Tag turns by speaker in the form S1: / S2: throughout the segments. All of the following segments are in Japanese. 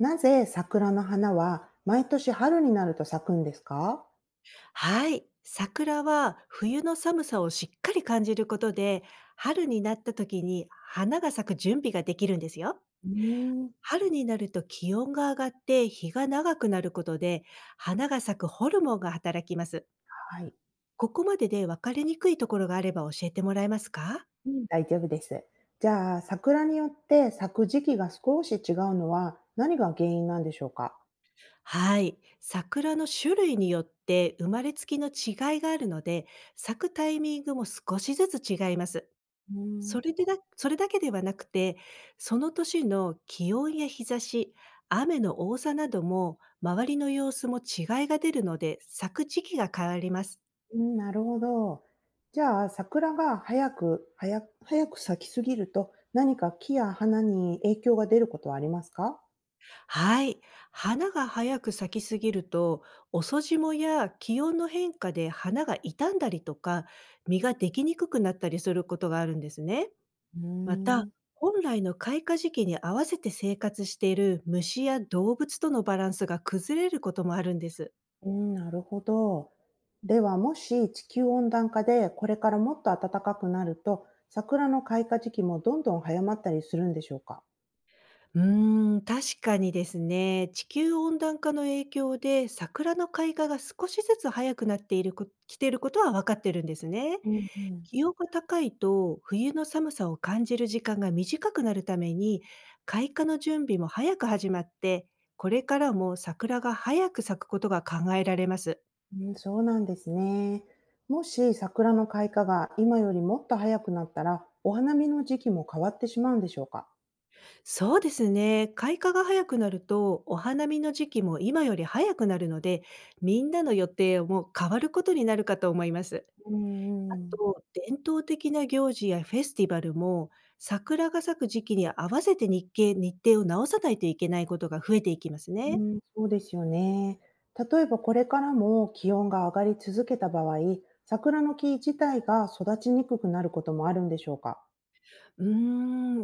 S1: なぜ桜の花は毎年春になると咲くんですか？
S2: はい。桜は冬の寒さをしっかり感じることで、春になった時に花が咲く準備ができるんですよ。
S1: うーん。
S2: 春になると気温が上がって日が長くなることで、花が咲くホルモンが働きます。
S1: はい。
S2: ここまでで分かりにくいところがあれば教えてもらえますか？
S1: うん、大丈夫です。じゃあ、桜によって咲く時期が少し違うのは何が原因なんでしょうか？
S2: はい。桜の種類によって生まれつきの違いがあるので、咲くタイミングも少しずつ違います。
S1: うー
S2: そ
S1: ん。
S2: れでだそれだけではなくて、その年の気温や日差し、雨の多さなども、周りの様子も違いが出るので、咲く時期が変わります。
S1: うん、なるほど。じゃあ、桜が早く咲きすぎると、何か木や花に影響が出ることはありますか？
S2: はい。花が早く咲きすぎると、遅霜や気温の変化で花が傷んだりとか、実ができにくくなったりすることがあるんですね。
S1: うー
S2: また、
S1: ん。
S2: 本来の開花時期に合わせて生活している虫や動物とのバランスが崩れることもあるんです。
S1: うん、なるほど。では、もし地球温暖化でこれからもっと暖かくなると、桜の開花時期もどんどん早まったりするんでしょうか？
S2: うーん、確かにですね、地球温暖化の影響で桜の開花が少しずつ早くなっていることは分かってるんですね。
S1: うんうん。
S2: 気温が高いと冬の寒さを感じる時間が短くなるために、開花の準備も早く始まって、これからも桜が早く咲くことが考えられます。
S1: うん、そうなんですね。もし桜の開花が今よりもっと早くなったら、お花見の時期も変わってしまうんでしょうか？
S2: そうですね。開花が早くなると、お花見の時期も今より早くなるので、みんなの予定も変わることになるかと思います。
S1: う
S2: あ
S1: んうん。
S2: と、伝統的な行事やフェスティバルも、桜が咲く時期に合わせて日程を直さないといけないことが増えていきます
S1: う
S2: ね。
S1: ん、そうですよね。例えばこれからも気温が上がり続けた場合、桜の木自体が育ちにくくなることもあるんでしょうか？
S2: うー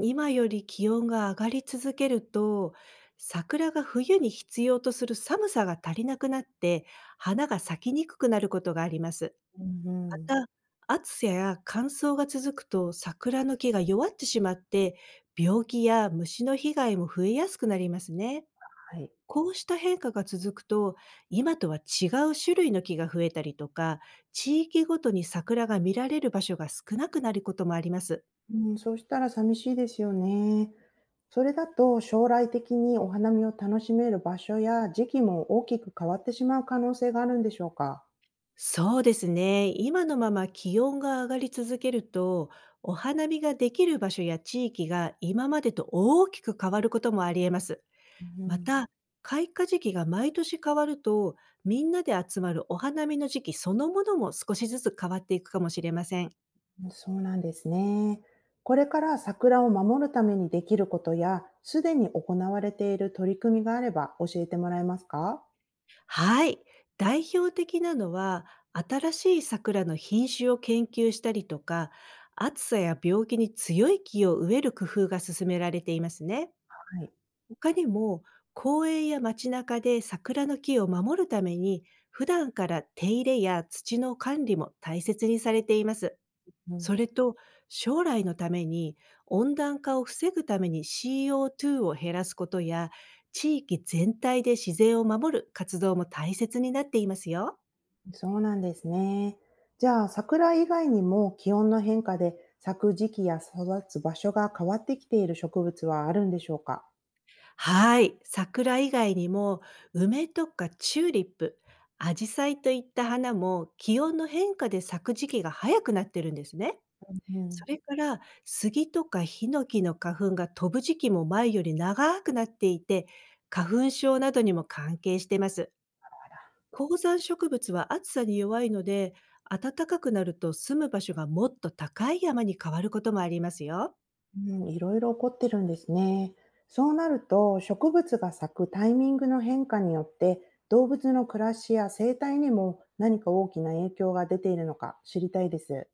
S2: ん、今より気温が上がり続けると、桜が冬に必要とする寒さが足りなくなって、花が咲きにくくなることがあります。
S1: うん
S2: ま
S1: うん。
S2: た、暑さや乾燥が続くと桜の木が弱ってしまって、病気や虫の被害も増えやすくなりますね。
S1: はい。
S2: こうした変化が続くと、今とは違う種類の木が増えたりとか、地域ごとに桜が見られる場所が少なくなることもあります。
S1: うん、そうしたら寂しいですよね。それだと将来的にお花見を楽しめる場所や時期も大きく変わってしまう可能性があるんでしょうか？
S2: そうですね。今のまま気温が上がり続けると、お花見ができる場所や地域が今までと大きく変わることもあり得ます。ま
S1: う
S2: た、開花時期が毎年変わると、みんなで集まるお花見の時期そのものも少しずつ変わっていくかもしれません。
S1: ん、そうなんですね。これから桜を守るためにできることや、すでに行われている取り組みがあれば教えてもらえますか？
S2: はい。代表的なのは、新しい桜の品種を研究したりとか、暑さや病気に強い木を植える工夫が進められていますね。
S1: はい。
S2: 他にも、公園や街中で桜の木を守るために、普段から手入れや土の管理も大切にされています。
S1: うん、
S2: それと、将来のために、温暖化を防ぐために CO2 を減らすことや、地域全体で自然を守る活動も大切になっていますよ。
S1: そうなんですね。じゃあ、桜以外にも気温の変化で咲く時期や育つ場所が変わってきている植物はあるんでしょうか？
S2: はい。桜以外にも、梅とかチューリップ、アジサイといった花も気温の変化で咲く時期が早くなってるんですね。
S1: う
S2: そ
S1: ん。
S2: れから、杉とかヒノキの花粉が飛ぶ時期も前より長くなっていて、花粉症などにも関係してます。高山植物は暑さに弱いので、暖かくなると住む場所がもっと高い山に変わることもありますよ。
S1: うん、いろいろ起こってるんですね。そうなると、植物が咲くタイミングの変化によって、動物の暮らしや生態にも何か大きな影響が出ているのか知りたいです。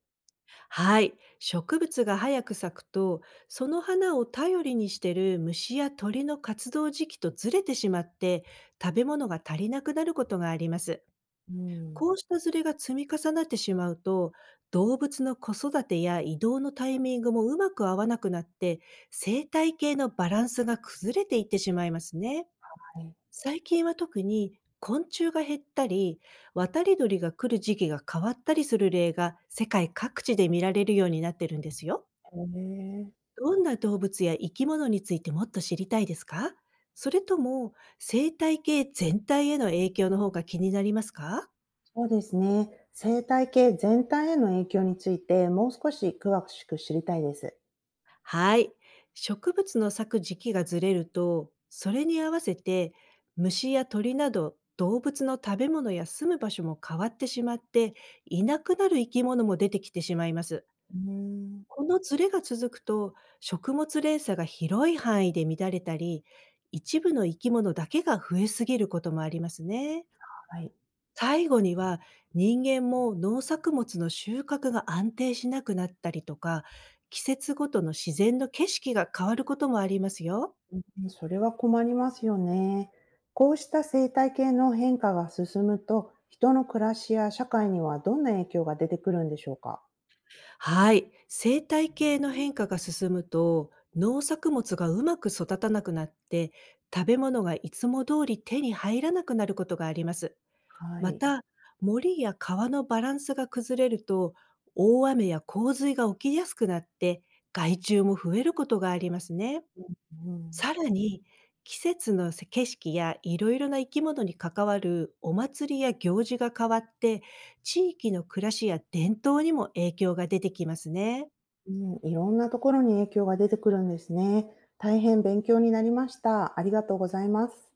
S2: はい。植物が早く咲くと、その花を頼りにしている虫や鳥の活動時期とずれてしまって、食べ物が足りなくなることがあります。
S1: うん。
S2: こうしたずれが積み重なってしまうと、動物の子育てや移動のタイミングもうまく合わなくなって、生態系のバランスが崩れていってしまいますね。
S1: はい。
S2: 最近は特に昆虫が減ったり、渡り鳥が来る時期が変わったりする例が世界各地で見られるようになってるんですよ。
S1: へえ。
S2: どんな動物や生き物についてもっと知りたいですか？それとも生態系全体への影響の方が気になりますか？
S1: そうですね。生態系全体への影響について、もう少し詳しく知りたいです。
S2: はい。植物の咲く時期がずれると、それに合わせて虫や鳥など動物の食べ物や住む場所も変わってしまって、いなくなる生き物も出てきてしまいます。
S1: うん。
S2: このズレが続くと、食物連鎖が広い範囲で乱れたり、一部の生き物だけが増えすぎることもありますね。
S1: はい。
S2: 最後には、人間も農作物の収穫が安定しなくなったりとか、季節ごとの自然の景色が変わることもありますよ。
S1: うん、それは困りますよね。こうした生態系の変化が進むと、人の暮らしや社会にはどんな影響が出てくるんでしょうか？
S2: はい。生態系の変化が進むと、農作物がうまく育たなくなって、食べ物がいつも通り手に入らなくなることがあります。
S1: は
S2: ま
S1: い。
S2: た、森や川のバランスが崩れると、大雨や洪水が起きやすくなって、害虫も増えることがありますね。
S1: うん、
S2: さらに、季節の景色やいろいろな生き物に関わるお祭りや行事が変わって、地域の暮らしや伝統にも影響が出てきますね。
S1: うん、いろんなところに影響が出てくるんですね。大変勉強になりました。ありがとうございます。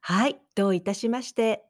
S2: はい、どういたしまして。